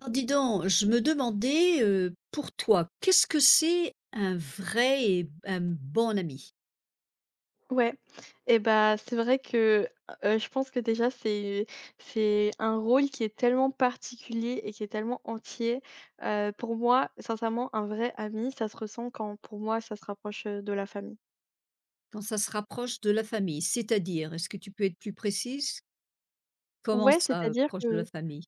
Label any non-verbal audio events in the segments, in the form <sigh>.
Alors dis donc, je me demandais, pour toi, qu'est-ce que c'est un vrai et un bon ami? Ouais, et bah, c'est vrai que, je pense que déjà c'est un rôle qui est tellement particulier et qui est tellement entier. Pour moi, sincèrement, un vrai ami, ça se ressent quand pour moi ça se rapproche, de la famille. Quand ça se rapproche de la famille, c'est-à-dire, est-ce que tu peux être plus précise? Comment Ouais, ça, c'est-à-dire proche de la que famille?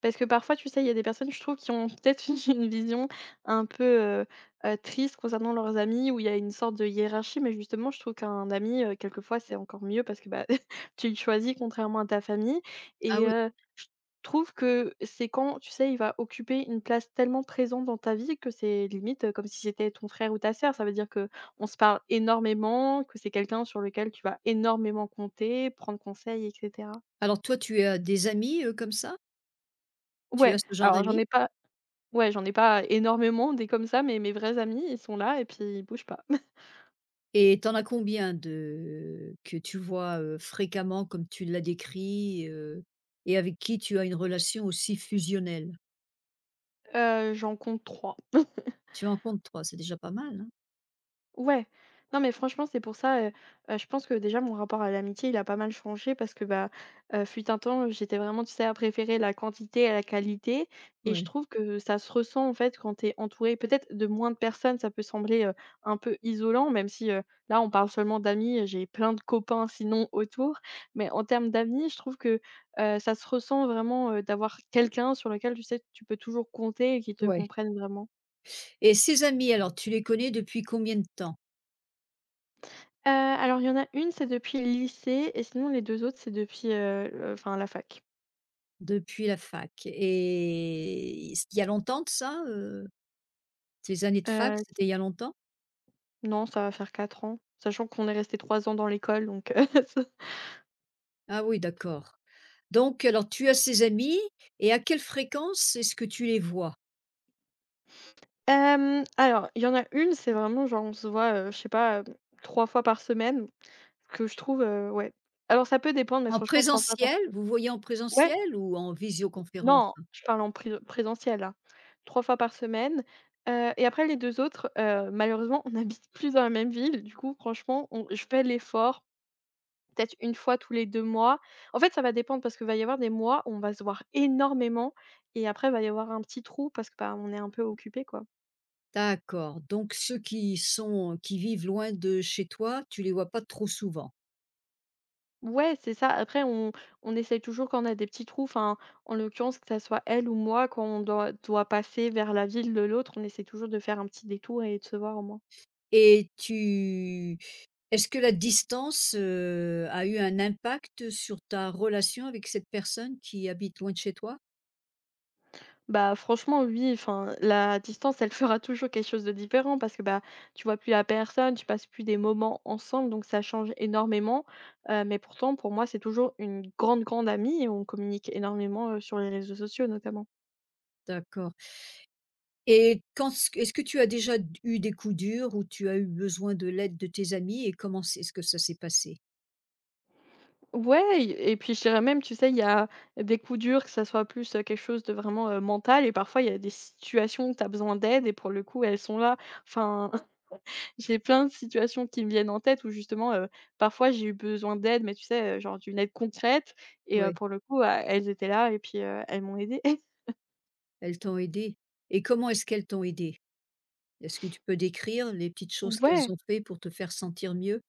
parce que parfois, tu sais, il y a des personnes, je trouve, qui ont peut-être <laughs> une vision un peu, triste concernant leurs amis où il y a une sorte de hiérarchie, mais justement, je trouve qu'un ami, quelquefois, c'est encore mieux parce que, bah, <laughs> tu le choisis contrairement à ta famille Ah et oui, trouve que c'est quand, tu sais, il va occuper une place tellement présente dans ta vie que c'est limite, comme si c'était ton frère ou ta sœur. Ça veut dire que on se parle énormément, que c'est quelqu'un sur lequel tu vas énormément compter, prendre conseil et cetera. alors toi tu as des amis, comme ça? Tu as Ouais, ce genre alors j'en d'amis? ai pas. Ouais, j'en ai pas énormément des comme ça, mais mes vrais amis, ils sont là et puis ils bougent pas. <laughs> Et t'en as combien de que tu vois, fréquemment comme tu l'as décrit, et avec qui tu as une relation aussi fusionnelle? J'en compte trois. Tu en comptes 3, c'est déjà pas mal, hein? Ouais, non mais franchement c'est pour ça, je pense que déjà mon rapport à l'amitié il a pas mal changé parce que, bah, fut un temps j'étais vraiment tu sais à préférer la quantité à la qualité, et je Ouais. trouve que ça se ressent en fait quand t'es entouré peut-être de moins de personnes ça peut sembler, un peu isolant même si, là on parle seulement d'amis, j'ai plein de copains sinon autour, mais en termes d'amis je trouve que, ça se ressent vraiment, d'avoir quelqu'un sur lequel tu sais tu peux toujours compter et qui te Ouais. comprenne vraiment. Et ses amis alors, tu les connais depuis combien de temps? Alors il y en a une, c'est depuis le lycée et sinon les 2 autres, c'est depuis, le enfin la fac. Depuis la fac et il y a longtemps de ça, heu? Tes années de fac, Heu, c'était il y a longtemps? non, ça va faire 4 ans, sachant qu'on est resté 3 ans dans l'école donc, <laughs> ça. Ah oui, d'accord. Donc alors tu as ces amis et à quelle fréquence est-ce que tu les vois? Hem, alors il y en a une, c'est vraiment genre on se voit, je sais pas, 3 fois par semaine, que je trouve, ouais. Alors ça peut dépendre, mais En franchement 3 fois par présentiel? Vous voyez en ouais, présentiel ou en visioconférence? non, je parle en présentiel là. 3 fois par semaine, et après les 2 autres, malheureusement, on <laughs> n'habite plus dans la même ville. Du coup, franchement, on je fais l'effort peut-être une fois tous les 2 mois. En fait, ça va dépendre parce qu'il va y avoir des mois où on va se voir énormément et après, il va y avoir un petit trou parce que, bah, on est un peu occupé quoi. D'accord, donc ceux qui sont qui vivent loin de chez toi, tu les vois pas trop souvent? Ouais, c'est ça. Après, on essaye toujours quand on a des petits trous, enfin, en l'occurrence, que ça soit elle ou moi, quand on doit passer vers la ville de l'autre, on essaie toujours de faire un petit détour et de se voir au moins. Et tu est-ce que la distance, a eu un impact sur ta relation avec cette personne qui habite loin de chez toi? Bah, franchement, oui, enfin, la distance, elle fera toujours quelque chose de différent parce que, bah, tu vois plus la personne, tu passes plus des moments ensemble, donc ça change énormément. Mais pourtant, pour moi, c'est toujours une grande, grande amie et on communique énormément, sur les réseaux sociaux, notamment. D'accord et quand ce est-ce que tu as déjà eu des coups durs où tu as eu besoin de l'aide de tes amis et comment c'est est-ce que ça s'est passé? Ouais, et puis je dirais même, tu sais, il y a des coups durs, que ça soit plus, quelque chose de vraiment, mental et parfois il y a des situations où tu as besoin d'aide et pour le coup, elles sont là. Enfin, j'ai plein de situations qui me viennent en tête où justement, parfois j'ai eu besoin d'aide, mais tu sais, genre d'une aide concrète et Ouais, pour le coup, elles étaient là et puis, elles m'ont aidée. <laughs> elles t'ont aidé et comment est-ce qu'elles t'ont aidé? Est-ce que tu peux décrire les petites choses qu'elles Ouais. ont fait pour te faire sentir mieux?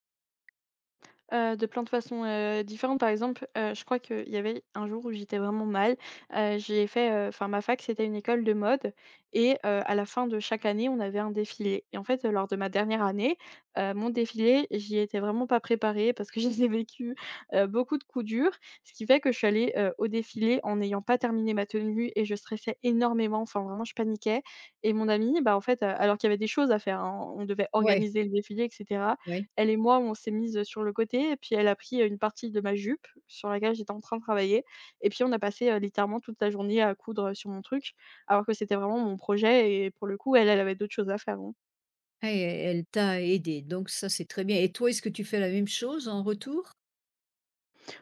De plein de façons, différentes. Par exemple, je crois qu'il y avait un jour où j'étais vraiment mal, enfin ma fac, c'était une école de mode et à la fin de chaque année, on avait un défilé et en fait, lors de ma dernière année, mon défilé, j'y étais vraiment pas préparée parce que <laughs> j'ai vécu, beaucoup de coups durs, ce qui fait que je suis allée, au défilé en n'ayant pas terminé ma tenue et je stressais énormément, enfin vraiment je paniquais, et mon ami, bah, en fait, alors qu'il y avait des choses à faire, hein, on devait Ouais, organiser le défilé, etc. ouais. Elle et moi, on s'est mises sur le côté et puis elle a pris une partie de ma jupe sur laquelle j'étais en train de travailler et puis on a passé, littéralement toute la journée à coudre sur mon truc, alors que c'était vraiment mon projet et pour le coup, elle, elle avait d'autres choses à faire, hein. Ah, et elle t'a aidé, donc ça, c'est très bien. Et toi, est-ce que tu fais la même chose en retour?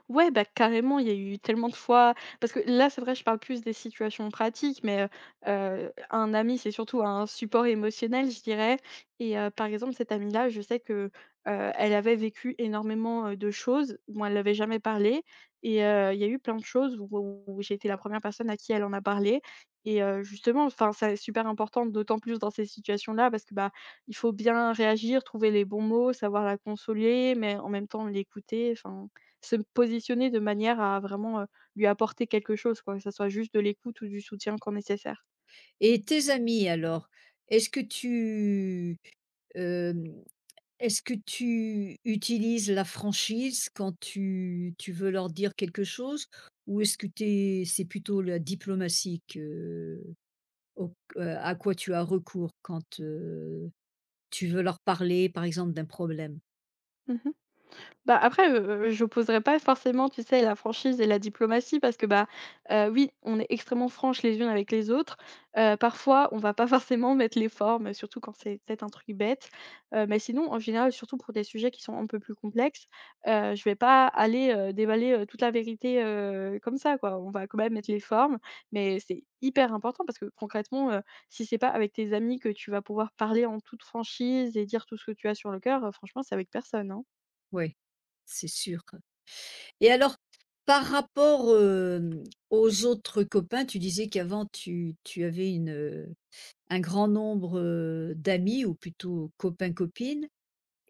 Ouais, bah, carrément, il y a eu tellement de fois parce que là, c'est vrai, je parle plus des situations pratiques, mais un ami, c'est surtout un support émotionnel, je dirais, et par exemple, cette amie-là, je sais que, elle avait vécu énormément, de choses dont elle n'avait jamais parlé et il y a eu plein de choses où j'ai été la première personne à qui elle en a parlé et justement, enfin, c'est super important, d'autant plus dans ces situations-là parce que, bah, il faut bien réagir, trouver les bons mots, savoir la consoler, mais en même temps l'écouter, enfin se positionner de manière à vraiment, lui apporter quelque chose quoi, que ça soit juste de l'écoute ou du soutien quand nécessaire. Et tes amis alors, est-ce que tu, hem, est-ce que tu utilises la franchise quand tu veux leur dire quelque chose? Ou est-ce que t'es c'est plutôt la diplomatie que au q à quoi tu as recours quand, tu veux leur parler, par exemple, d'un problème? Mmh. Bah, après, j'opposerais pas forcément, tu sais, la franchise et la diplomatie parce que, bah, oui, on est extrêmement franches les unes avec les autres. Parfois, on va pas <laughs> forcément mettre les formes, surtout quand c'est peut-être un truc bête. Mais sinon, en général, surtout pour des sujets qui sont un peu plus complexes, je vais pas aller, déballer, toute la vérité, comme ça, quoi. On va quand même mettre les formes, mais c'est hyper important parce que concrètement, si c'est pas avec tes amis que tu vas pouvoir parler en toute franchise et dire tout ce que tu as sur le cœur, franchement, c'est avec personne, hein. Oui, c'est sûr. Et alors, par rapport, hem, aux autres copains, tu disais qu'avant tu avais une, un grand nombre, d'amis ou plutôt copains-copines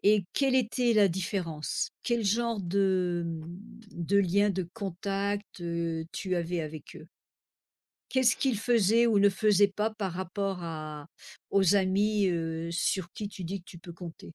et quelle était la différence? Quel genre de, mmh, de lien, de contact, tu avais avec eux? Qu'est-ce qu'ils faisaient ou ne faisaient pas par rapport à aux amis, sur qui tu dis que tu peux compter?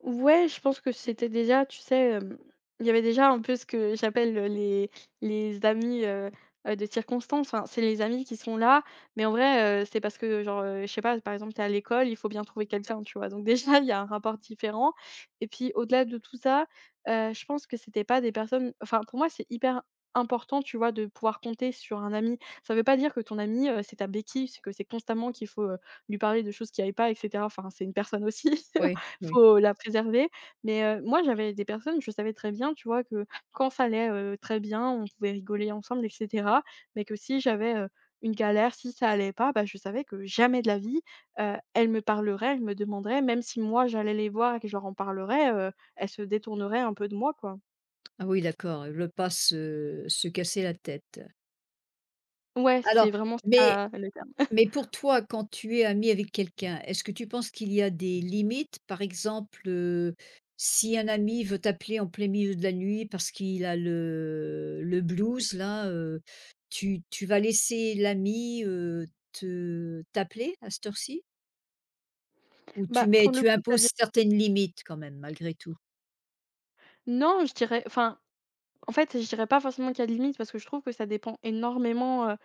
Ouais, je pense que c'était déjà, tu sais, hem, il y avait déjà un peu ce que j'appelle, les amis, de circonstance. Enfin, c'est les amis qui sont là, mais en vrai, c'est parce que genre, je sais pas, par exemple, t'es à l'école, il faut bien trouver quelqu'un, tu vois? Donc déjà, <laughs> il y a un rapport différent, et puis au-delà de tout ça, je pense que c'était pas des personnes, enfin, pour moi, c'est hyper important, tu vois, de pouvoir compter sur un ami. Ça veut pas dire que ton ami, c'est ta béquille, c'est que c'est constamment qu'il faut, lui parler de choses qui aillent pas et cetera. Enfin, c'est une personne aussi. <laughs> Ouais, ouais. Faut la préserver, mais moi, j'avais des personnes, je savais très bien, tu vois, que quand ça allait, très bien, on pouvait rigoler ensemble et cetera, mais que si j'avais, une galère, si ça allait pas, bah, je savais que jamais de la vie, elles me parleraient, elles me demanderaient, même si moi, j'allais les voir et que je leur en parlerais, elles se détourneraient un peu de moi, quoi. Ah oui, d'accord, ils pas se casser la tête. Ouais, Alors c'est vraiment mais ça, le terme. Mais pour toi, quand tu es ami avec quelqu'un, est-ce que tu penses qu'il y a des limites? Par exemple, si un ami veut t'appeler en plein milieu de la nuit parce qu'il a le blues là, tu tu vas laisser l'ami, te t'appeler à cette heure-ci? Ou tu Bah, mets pour le tu coup, ça dé imposes certaines limites quand même malgré tout? non, je dirais enfin, en fait, je dirais pas forcément qu'il y a de limite parce que je trouve que ça dépend énormément, heu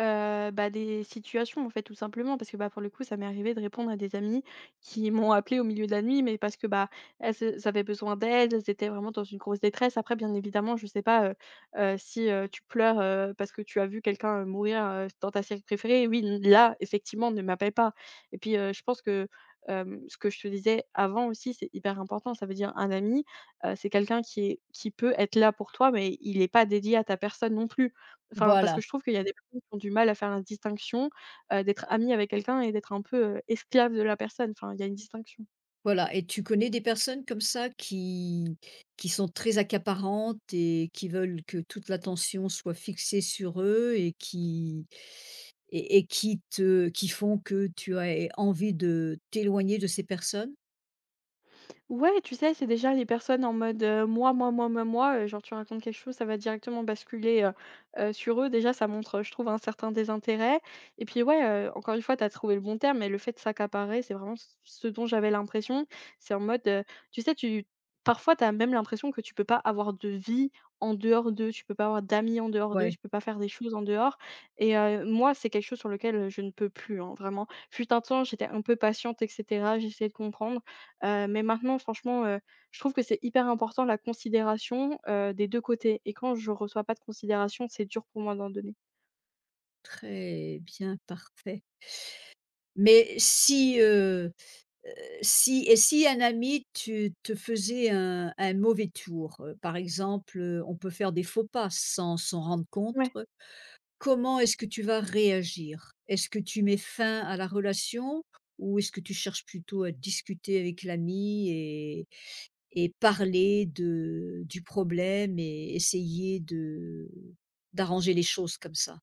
heu, bah, des situations, en fait, tout simplement. Parce que, bah, pour le coup, ça m'est arrivé de répondre à des amies qui m'ont appelé au milieu de la nuit, mais parce que, bah, elles avaient besoin d'aide, elles étaient vraiment dans une grosse détresse. Après, bien évidemment, je sais pas, si, tu pleures, parce que tu as vu quelqu'un, mourir, dans ta série préférée, oui, n là, effectivement, ne m'appelle pas. Et puis, je pense que, hem, ce que je te disais avant aussi, c'est hyper important. Ça veut dire un ami. C'est quelqu'un qui peut être là pour toi, mais il n'est pas dédié à ta personne non plus. Enfin, parce Voilà. que je trouve qu'il y a des personnes qui ont du mal à faire la distinction, d'être ami avec quelqu'un et d'être un peu, esclave de la personne. Enfin, il y a une distinction. Voilà et tu connais des personnes comme ça qui sont très accaparantes et qui veulent que toute l'attention soit fixée sur eux et qui te qui font que tu as envie de t'éloigner de ces personnes? Ouais, tu sais, c'est déjà les personnes en mode, moi, moi, moi, moi, moi, genre tu racontes quelque chose, ça va directement basculer, sur eux. Déjà, ça montre, je trouve un certain désintérêt. Et puis ouais, encore une fois, tu as trouvé le bon terme, mais le fait de s'accaparer, c'est vraiment c ce dont j'avais l'impression. C'est en mode, tu sais, tu parfois, tu as même l'impression que tu peux pas avoir de vie en dehors d'eux, tu peux pas avoir d'amis en dehors d'eux, Ouais, tu peux pas faire des choses en dehors. Et moi, c'est quelque chose sur lequel je ne peux plus, hein, vraiment. Fut un temps, j'étais un peu patiente et cetera, j'essayais de comprendre. Mais maintenant, franchement, je trouve que c'est hyper important, la considération, des 2 côtés, et quand je reçois pas de considération, c'est dur pour moi d'en donner. très bien, parfait. Mais si, heu, si si un ami tu te faisait un mauvais tour, par exemple, on peut faire des faux pas sans s'en rendre compte. Ouais. Comment est-ce que tu vas réagir? Est-ce que tu mets fin à la relation ou est-ce que tu cherches plutôt à discuter avec l'ami et parler de du problème et essayer de d'arranger les choses comme ça?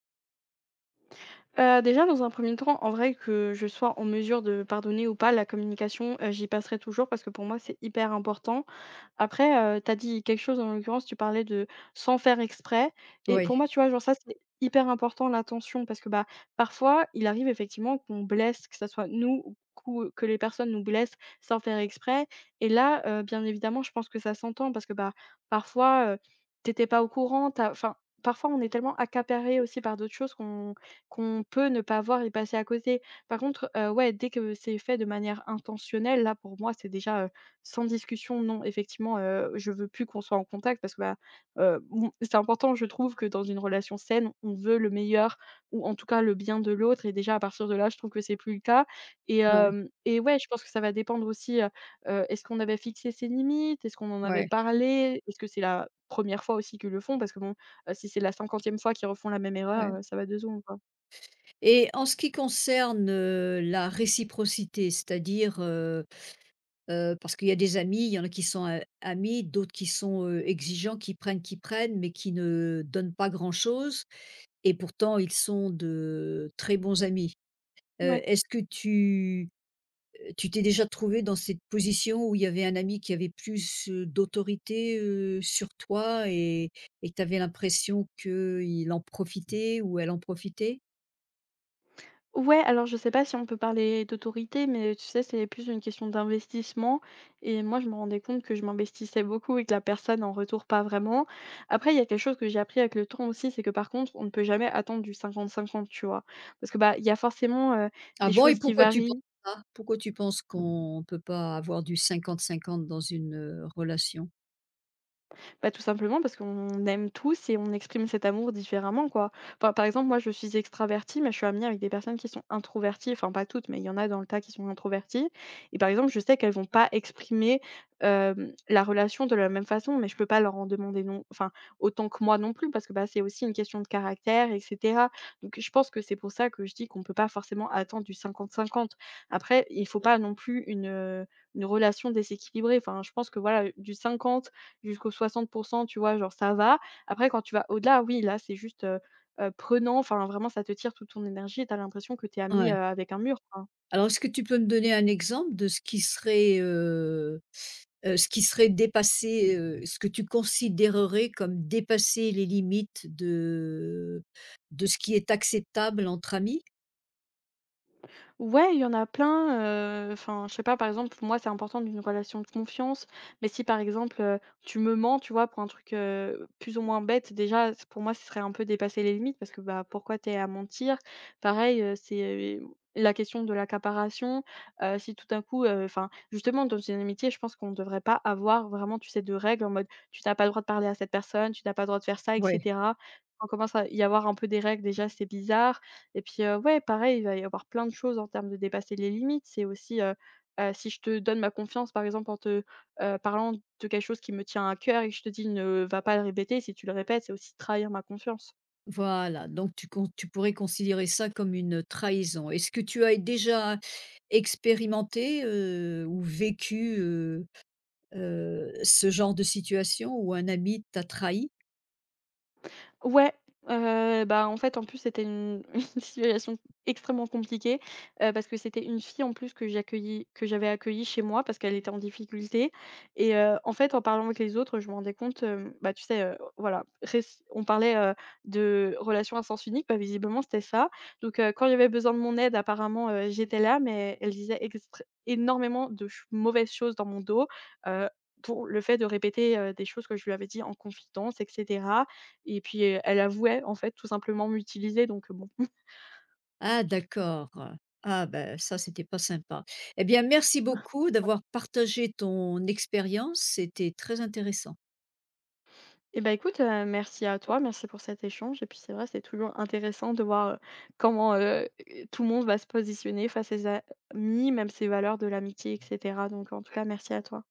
Déjà, dans un premier temps, en vrai, que je sois en mesure de pardonner ou pas, la communication, j'y passerai toujours parce que pour moi, c'est hyper important. Après, tu as dit quelque chose, en l'occurrence, tu parlais de «sans faire exprès», et Oui, pour moi, tu vois, genre, ça, c'est hyper important, l'attention, parce que, bah, parfois, il arrive effectivement qu'on blesse, que ça soit nous ou qu'ou que les personnes nous blessent sans faire exprès. Et là, bien évidemment, je pense que ça s'entend parce que, bah, parfois, tu pas au courant, tu enfin, parfois, on est tellement accaparés aussi par d'autres choses qu'on peut ne pas voir et passer à côté. Par contre, ouais, dès que c'est fait de manière intentionnelle, là, pour moi, c'est déjà, sans discussion. Non, effectivement, je veux plus qu'on soit en contact parce que, bah, on c'est important, je trouve, que dans une relation saine, on veut le meilleur ou en tout cas le bien de l'autre, et déjà à partir de là, je trouve que c'est plus le cas. Et ouais, hem et ouais, je pense que ça va dépendre aussi, est-ce qu'on avait fixé ses limites? Est-ce qu'on en avait ouais, parlé? Est-ce que c'est la première fois aussi qu'ils le font? Parce que bon, si c'est la cinquantième fois qu'ils refont la même ouais, erreur, ça va 2 secondes. et en ce qui concerne, la réciprocité, c'est-à-dire, parce qu'il y a des amis, il y en a qui sont a amis, d'autres qui sont, exigeants, qui prennent, mais qui ne donnent pas grand-chose. Et pourtant ils sont de très bons amis. Ouais. Est-ce que tu, tu t'es déjà trouvé dans cette position où il y avait un ami qui avait plus, d'autorité, sur toi et tu avais l'impression qu'il en profitait ou elle en profitait? Ouais, alors je sais pas si on peut parler d'autorité, mais tu sais, c'est plus une question d'investissement. Et moi, je me rendais compte que je m'investissais beaucoup et que la personne en retour pas vraiment. Après, il y a quelque chose que j'ai appris avec le temps aussi, c'est que par contre, on ne peut jamais attendre du 50-50, tu vois. Parce que bah, il y a forcément Ah des bon, et choses qui pourquoi tu penses varient. ça? Pourquoi tu penses qu'on ne peut pas avoir du 50-50 dans une, relation? Bah, tout simplement parce qu'on aime tous et on exprime cet amour différemment, quoi. Enfin, par exemple, moi, je suis extravertie, mais je suis amie avec des personnes qui sont introverties. Enfin, pas toutes, mais il y en a dans le tas qui sont introverties. Et par exemple, je sais qu'elles vont pas exprimer euh, la relation de la même façon, mais je peux pas leur en demander non, enfin, autant que moi non plus, parce que bah, c'est aussi une question de caractère, etc. Donc, je pense que c'est pour ça que je dis qu'on peut pas forcément attendre du 50-50. Après, il faut pas non plus une relation déséquilibrée. Enfin, je pense que voilà, du 50 jusqu'aux 60, tu vois? Genre ça va. Après quand tu vas au-delà, oui, là, c'est juste, prenant, enfin vraiment ça te tire toute ton énergie et tu as l'impression que tu es à mi, Ouais. avec un mur. Alors, est-ce que tu peux me donner un exemple de ce qui serait dépassé, ce que tu considérerais comme dépasser les limites de ce qui est acceptable entre amis? Ouais, il y en a plein, enfin, je sais pas, par exemple, pour moi, c'est important d'une relation de confiance, mais si, par exemple, tu me mens, tu vois, pour un truc, plus ou moins bête, déjà, c pour moi, ce serait un peu dépasser les limites parce que, bah, pourquoi t'es à mentir? Pareil, c'est la question de l'accaparation, si tout d'un coup, enfin, justement, dans une amitié, je pense qu'on ne devrait pas avoir vraiment, tu sais, de règles en mode: «Tu n'as pas le droit de parler à cette personne, tu n'as pas le droit de faire ça» et Ouais. cetera. Quand on commence à y avoir un peu des règles, déjà, c'est bizarre. Et puis, ouais, pareil, il va y avoir plein de choses en termes de dépasser les limites. C'est aussi, si je te donne ma confiance, par exemple, en te, parlant de quelque chose qui me tient à cœur et que je te dis: «Ne va pas le répéter», si tu le répètes, c'est aussi trahir ma confiance. Voilà, donc tu con tu pourrais considérer ça comme une trahison. Est-ce que tu as déjà expérimenté, ou vécu, ce genre de situation où un ami t'a trahi? Ouais, bah, en fait, en plus, c'était une <laughs> une situation extrêmement compliquée, parce que c'était une fille, en plus, que j'avais accueillie chez moi parce qu'elle était en difficulté. Et en fait, en parlant avec les autres, je me rendais compte, bah, tu sais, voilà, res on parlait, de relations à sens unique, bah, visiblement, c'était ça. Donc quand il y avait besoin de mon aide, apparemment, j'étais là, mais elle disait extré énormément de ch mauvaises choses dans mon dos, heu, dont le fait de répéter, des choses que je lui avais dit en confidence et cetera. Et puis, elle avouait, en fait, tout simplement m'utiliser donc, bon. Ah, d'accord. Ah ben ça, c'était pas sympa. Eh bien, merci <laughs> beaucoup d'avoir partagé ton expérience, c'était très intéressant. Et bah, écoute, merci à toi, merci pour cet échange et puis c'est vrai, c'est toujours intéressant de voir, comment, tout le monde va se positionner face à ses amis, même ses valeurs de l'amitié et cetera, donc en tout cas merci à toi.